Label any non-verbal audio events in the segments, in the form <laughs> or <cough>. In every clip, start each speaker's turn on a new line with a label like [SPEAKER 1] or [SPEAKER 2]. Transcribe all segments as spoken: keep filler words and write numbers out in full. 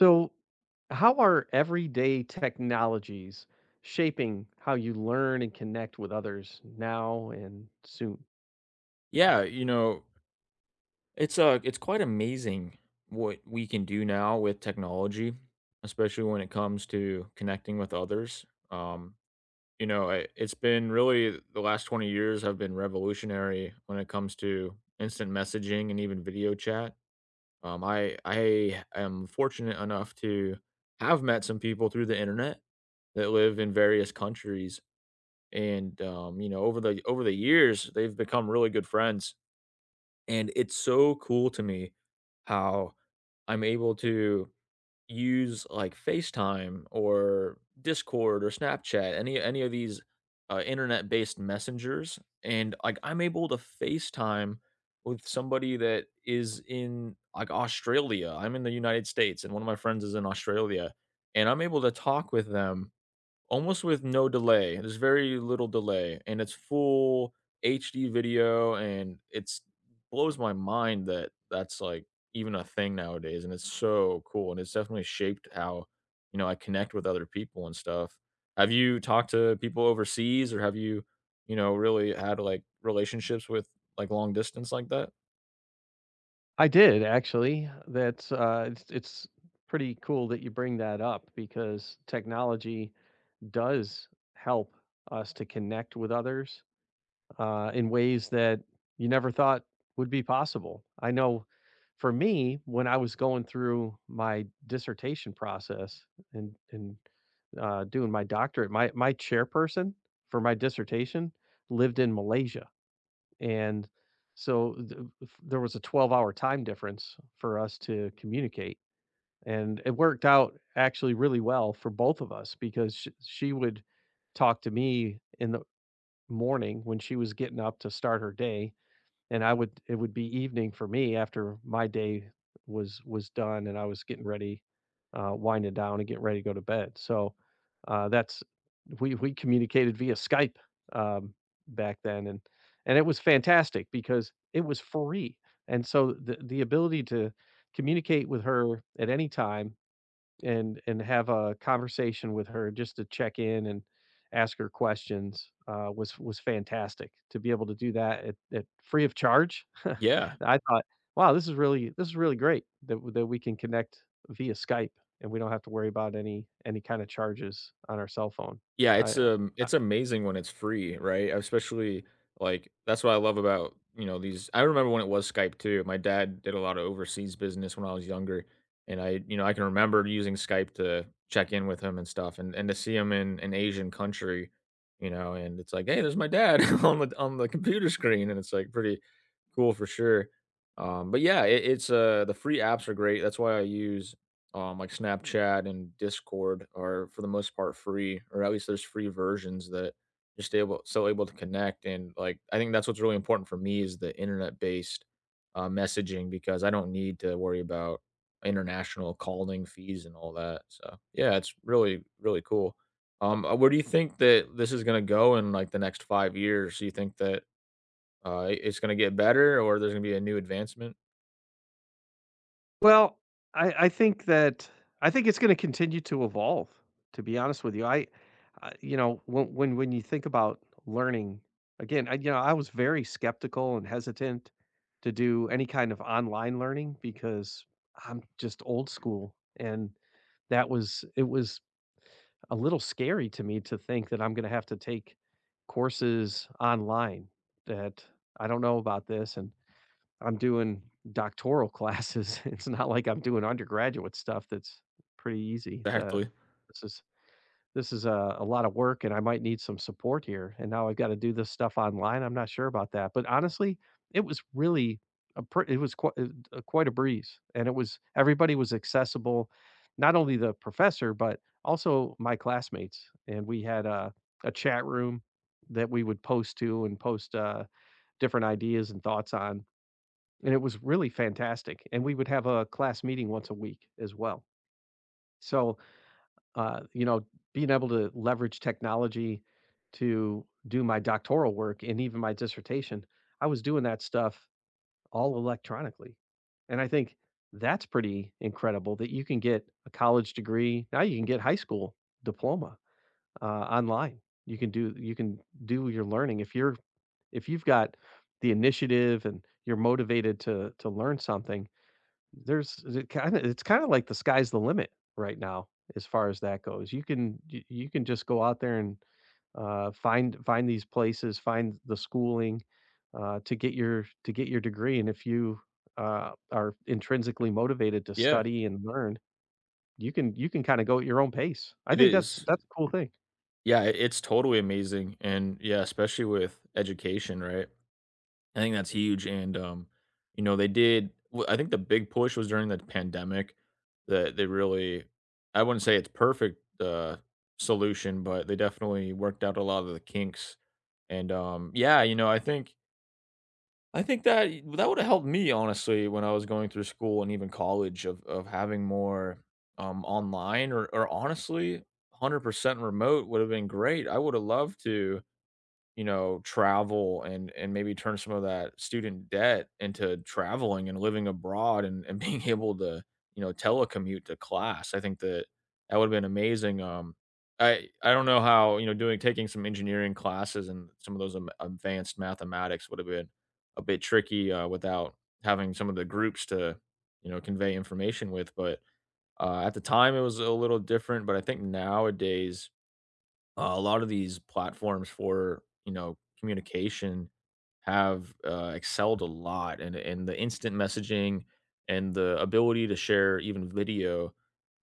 [SPEAKER 1] So, how are everyday technologies shaping how you learn and connect with others now and soon?
[SPEAKER 2] Yeah, you know, it's uh it's quite amazing what we can do now with technology, especially when it comes to connecting with others. Um, you know, I, it's been really the last twenty years have been revolutionary when it comes to instant messaging and even video chat. Um, I I am fortunate enough to have met some people through the internet that live in various countries, and um, you know, over the over the years, they've become really good friends and it's so cool to me how I'm able to use like FaceTime or Discord or Snapchat, any any of these uh, internet-based messengers, and like I'm able to FaceTime with somebody that is in like Australia. I'm in the United States, and one of my friends is in Australia, and I'm able to talk with them. Almost with no delay, there's very little delay, and it's full H D video, and it's blows my mind that that's, like, even a thing nowadays, and it's so cool, and it's definitely shaped how, you know, I connect with other people and stuff. Have you talked to people overseas, or have you, you know, really had, like, relationships with, like, long distance like that?
[SPEAKER 1] I did actually. That's uh, It's it's pretty cool that you bring that up because technology does help us to connect with others uh, in ways that you never thought would be possible. I know for me, when I was going through my dissertation process and and uh, doing my doctorate, my my chairperson for my dissertation lived in Malaysia, and so th- f- there was a twelve-hour time difference for us to communicate, and it worked out actually really well for both of us because she, she would talk to me in the morning when she was getting up to start her day, and I would it would be evening for me after my day was was done and I was getting ready, uh, winding down and getting ready to go to bed. So, uh, that's we we communicated via Skype, um, back then, and and it was fantastic because it was free. And so the the ability to communicate with her at any time, and and have a conversation with her just to check in and ask her questions, uh, was was fantastic to be able to do that at, at free of charge. <laughs>
[SPEAKER 2] Yeah.
[SPEAKER 1] I thought, wow, this is really this is really great that w- that we can connect via Skype and we don't have to worry about any any kind of charges on our cell phone.
[SPEAKER 2] Yeah,
[SPEAKER 1] I
[SPEAKER 2] it's, um
[SPEAKER 1] I
[SPEAKER 2] it's amazing when it's free, right? Especially, like that's what I love about, you know, these I remember when it was Skype too. My dad did a lot of overseas business when I was younger, and I, you know, I can remember using Skype to check in with him and stuff, and and to see him in an Asian country, you know, and it's like, "Hey, there's my dad <laughs> on the on the computer screen," and it's, like, pretty cool for sure. Um, but yeah, it it's, uh the free apps are great. That's why I use um, like Snapchat and Discord are for the most part free, or at least there's free versions that you're still able, still able to connect. And like, I think that's what's really important for me is the internet based uh, messaging because I don't need to worry about international calling fees and all that. So yeah, it's really really cool. Um, uh, where do you think that this is gonna go in like the next five years? Do you think that uh, it- it's gonna get better, or there's gonna be a new advancement?
[SPEAKER 1] Well, I I think that I think it's gonna continue to evolve, to be honest with you. I I You know, when when when you think about learning, again, I you know, I was very skeptical and hesitant to do any kind of online learning because I'm just old school, and that was it was a little scary to me to think that I'm gonna have to take courses online that — I don't know about this, and I'm doing doctoral classes. <laughs> It's not like I'm doing undergraduate stuff that's pretty easy. The
[SPEAKER 2] Exactly.
[SPEAKER 1] this is this is a, a lot of work and I might need some support here. And now I've got to do this stuff online. I'm not sure about that. But honestly, it was really a pr- it was quite quite a breeze, and it was everybody was accessible, not only the professor but also my classmates, and we had a a chat room that we would post to and post uh different ideas and thoughts on, and it was really fantastic, and we would have a class meeting once a week as well. So, uh, you know, being able to leverage technology to do my doctoral work and even my dissertation, I was doing that stuff all electronically. And I think that's pretty incredible that you can get a college degree. Now you can get high school diploma uh, online. You can do you can do your learning if you're — if you've got the initiative and you're motivated to to learn something, there's — it kinda it's kinda like the sky's the limit right now as far as that goes. You can you you can just go out there and, uh, find find these places, find the schooling, uh, to get your to get your degree, and if you, uh, are intrinsically motivated to
[SPEAKER 2] Yeah,
[SPEAKER 1] study and learn, you can you can kinda go at your own pace. I
[SPEAKER 2] it
[SPEAKER 1] think that's
[SPEAKER 2] is.
[SPEAKER 1] that's a cool thing.
[SPEAKER 2] Yeah, it it's totally amazing, and yeah, especially with education, right? I think that's huge, and, um, you know, they did well, I think the big push was during the pandemic that they really I wouldn't say it's perfect, uh, solution, but they definitely worked out a lot of the kinks, and, um, yeah, you know, I think I think that y that would've helped me, honestly, when I was going through school and even college of of having more, um, online or or honestly, one hundred percent remote would've been great. I would've loved to you know, travel and and maybe turn some of that student debt into traveling and living abroad and and being <laughs> able to, you know, telecommute to class. I think that that would've been amazing, um, I I don't know how, you know, doing taking some engineering classes and some of those am advanced mathematics would've been a bit tricky, uh, without having some of the groups to, you know, convey information with, but, uh, at the time, it was a little different, but I think nowadays uh, a lot of these platforms for, you know, communication have, uh, excelled a lot and and the instant messaging and the ability to share even video.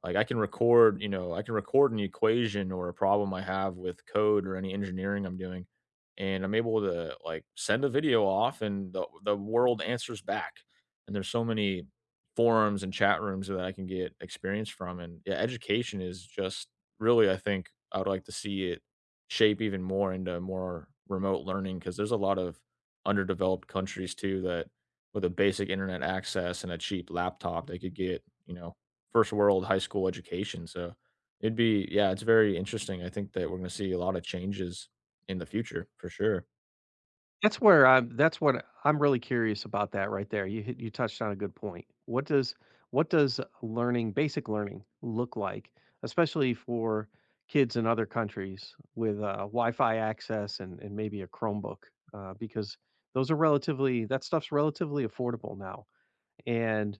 [SPEAKER 2] Like I can record, you know, I can record an equation or a problem I have with code or any engineering I'm doing, and I'm able to like send a video off and the the world answers back. And there's so many forums and chat rooms that I can get experience from. And yeah, education is just really, I think I would like to see it shape even more into more remote learning because there's a lot of underdeveloped countries too that with a basic internet access and a cheap laptop, they could get, you know, first world high school education. So it'd be, yeah, it's very interesting. I think that we're going to see a lot of changes in the future for sure.
[SPEAKER 1] That's where I'm that's what I'm really curious about, that right there. You hit you touched on a good point. What does what does learning, basic learning look like, especially for kids in other countries with, uh, Wi-Fi access, and, and maybe a Chromebook? Uh, because those are relatively that stuff's relatively affordable now. And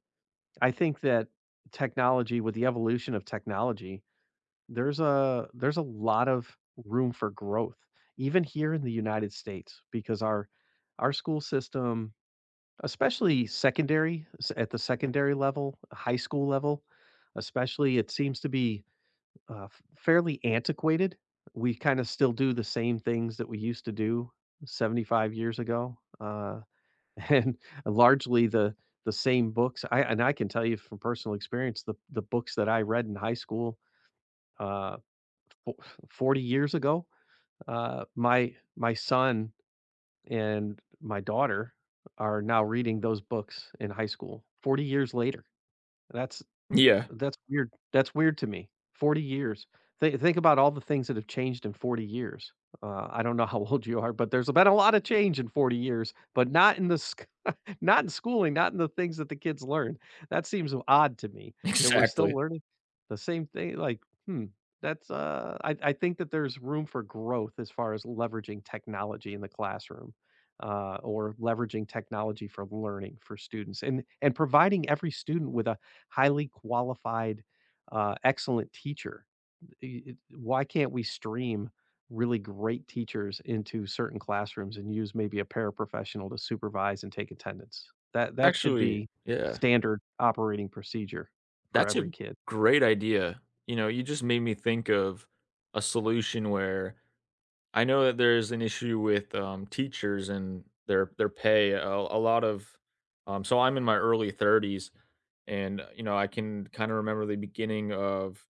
[SPEAKER 1] I think that technology with the evolution of technology, there's a — there's a lot of room for growth, even here in the United States, because our our school system, especially secondary, s- at the secondary level, high school level, especially, it seems to be, uh, f- fairly antiquated. We kind of still do the same things that we used to do seventy-five years ago, uh, <laughs> and largely the the same books. I — and I can tell you from personal experience, the the books that I read in high school. Uh, fo- forty years ago. Uh, my my son and my daughter are now reading those books in high school forty years later. That's
[SPEAKER 2] Yeah,
[SPEAKER 1] that's weird. That's weird to me. forty years. Th- think about all the things that have changed in forty years. Uh, I don't know how <laughs> old you are, but there's been a lot of change in forty years, but not in the — <laughs> not in schooling, not in the things that the kids learn. That seems odd to me
[SPEAKER 2] <laughs>
[SPEAKER 1] that we're still
[SPEAKER 2] exactly.
[SPEAKER 1] learning the same thing, like, hmm, that's, uh I I think that there's room for growth as far as leveraging technology in the classroom, uh, or leveraging technology for learning for students, and and providing every student with a highly qualified, uh, excellent teacher. I it Why can't we stream really great teachers into certain classrooms and use maybe a paraprofessional to supervise and take attendance? That that should
[SPEAKER 2] Actually,
[SPEAKER 1] be
[SPEAKER 2] yeah,
[SPEAKER 1] standard operating procedure for
[SPEAKER 2] that's a
[SPEAKER 1] every kid.
[SPEAKER 2] great idea. You know, you just made me think of a solution where I know that there's an issue with, um, teachers and their their pay. A a lot of um, so I'm in my early thirties, and, uh, you know, I can kinda remember the beginning of,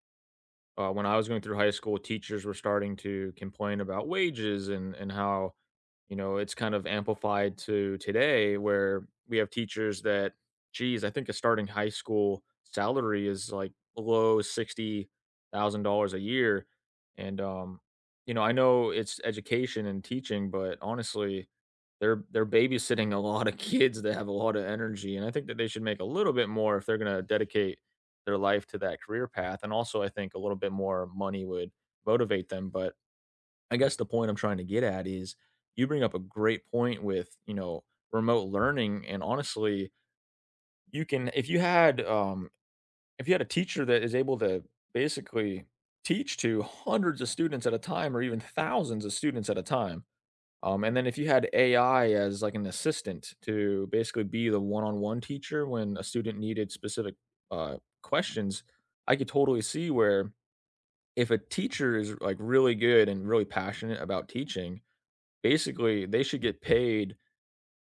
[SPEAKER 2] uh, when I was going through high school, teachers were starting to complain about wages and and how you know, it's kind of amplified to today where we have teachers that, geez, I think a starting high school salary is like below sixty thousand dollars a year. And, um, you know, I know it's education and teaching, but honestly, they're they're babysitting a lot of <laughs> kids that have a lot of energy. And I think that they should make a little bit more if they're gonna dedicate their life to that career path. And also I think a little bit more money would motivate them. But I guess the point I'm trying to get at is you bring up a great point with, you know, remote learning and honestly, you can if you had um if you had a teacher that is able to basically teach to hundreds of students at a time or even thousands of students at a time. Um, and then if you had A I as like an assistant to basically be the one-on-one teacher when a student needed specific uh, questions, I could totally see where if a teacher is like really good and really passionate about teaching, basically, they should get paid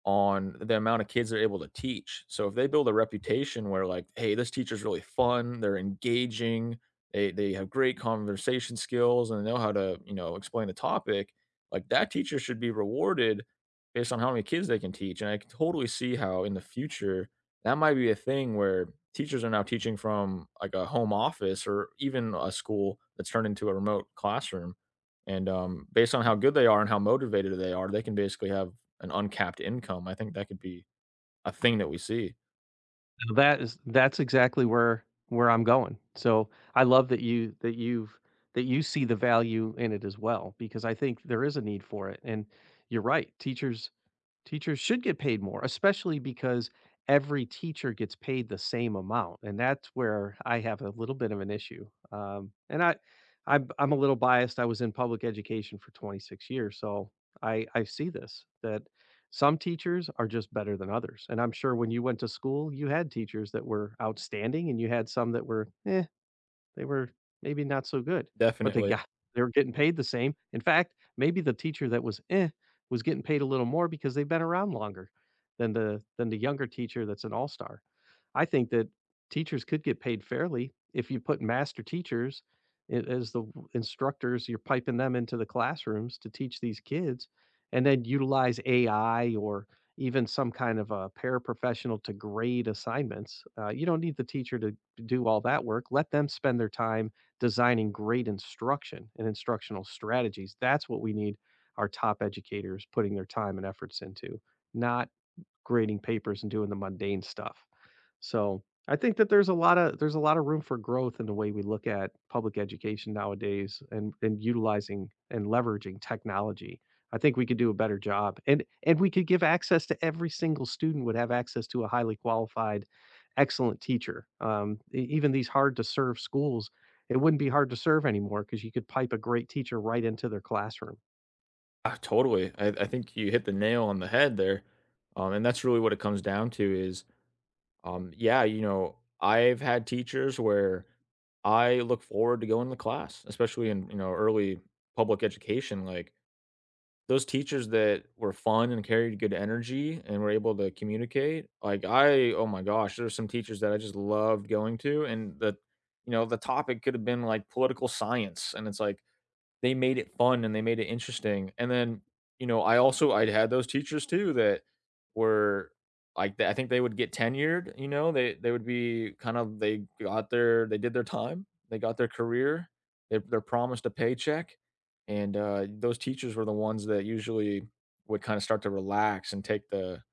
[SPEAKER 2] on the amount of kids they're able to teach. So if they build a reputation where like, "Hey, this teacher's really fun, they're engaging, they they have great conversation skills and they know how to, you know, explain the topic," like that teacher should be rewarded based on how many kids they can teach. And I can totally see how in the future that might be a thing where teachers are now teaching from like a home office or even a school that's turned into a remote classroom. And um, based on how good they are and how motivated they are, they can basically have an uncapped income. I think that could be a thing that we see.
[SPEAKER 1] Now that is — that's exactly where where I'm going. So, I love that you that you've that you see the value in it as well, because I think there is a need for it, and you're right, teachers teachers should get paid more, especially because every teacher gets paid the same amount, and that's where I have a little bit of an issue. Um, and I, I'm I'm a little biased. I was in public education for twenty-six years, so I I see this, that some teachers are just better than others. And I'm sure when you went to school, you had teachers that were outstanding, and you had some that were eh, they were maybe not so good, but they
[SPEAKER 2] Definitely.
[SPEAKER 1] got — <laughs> they were getting paid the same. In fact, maybe the teacher that was "eh" was getting paid a little more because they've been around longer than the than the younger teacher that's an all-star. I think that teachers could get paid fairly if you put master teachers a as the w- instructors, you're piping them into the classrooms to teach these kids, and then utilize A I or even some kind of a paraprofessional to grade assignments. Uh, you don't need the teacher to do all that work, let them spend their time designing great instruction and instructional strategies. That's what we need our top educators putting their time and efforts into, not grading papers and doing the mundane stuff. So I think that there's a lot of there's a lot of room for growth in the way we look at public education nowadays and and utilizing and leveraging technology. I think we could do a better job, and and we could give access to every single student — would have access to a highly qualified, excellent teacher. Um, e- even these hard to serve schools, it wouldn't be hard to serve anymore because you could pipe a great teacher right into their classroom.
[SPEAKER 2] Ah, totally. I, I think you hit the nail on the head there. Um, and that's really what it comes down to is, um, yeah, you know, I've had teachers where I look forward to going to class, especially in, you know, early public education. Like Those teachers that were fun and carried good energy and were able to communicate, like, I oh my gosh, there's some teachers that I just loved going to, and the you know, the topic could have been, like, political science, and it's like, they made it fun and they made it interesting. And then, you know, I also I had those teachers too that were like th- I think they would get tenured, you know, they they would be kind of they got their they did their time, they got their career, they they're promised a paycheck. And uh, those teachers were the ones that usually would kind of start to relax and take the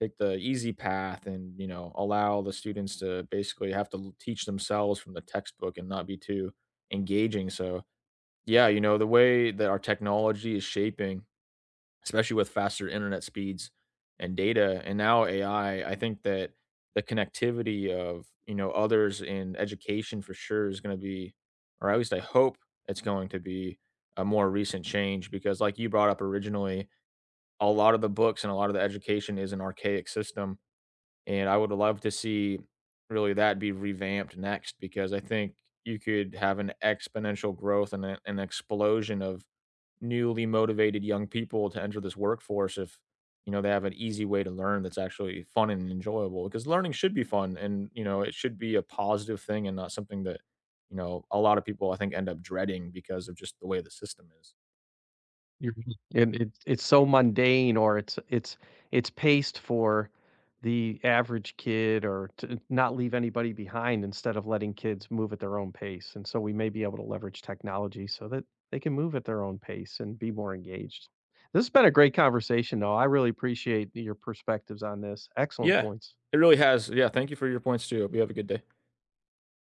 [SPEAKER 2] take the easy path and you know allow the students to basically have to l- teach themselves from the textbook and not be too engaging. So yeah, you know, the way that our technology is shaping, especially with faster internet speeds and data and now A I, I I think that the connectivity of, you know, others in education for sure is going to be, or at least I hope it's going to be a more recent change because like you brought up originally, a lot of the books and a lot of the education is an archaic system. And I would love to see really that be revamped next because I think you could have an exponential growth and a- an explosion of newly motivated young people to enter this workforce if you know they have an easy way to learn that's actually fun and enjoyable because learning should be fun and you know it should be a positive thing and not something that you know a lot of people I think end up dreading because of just the way the system is.
[SPEAKER 1] You're right. And it's it's so mundane, or it's it's — it's paced for the average kid or to not leave anybody behind instead of letting kids move at their own pace, and so we may be able to leverage technology so that they can move at their own pace and be more engaged. This has been a great conversation, though. I really appreciate your perspectives on this. Excellent
[SPEAKER 2] Yeah,
[SPEAKER 1] points.
[SPEAKER 2] it really has. Yeah, thank you for your points too. Hope you have a good day.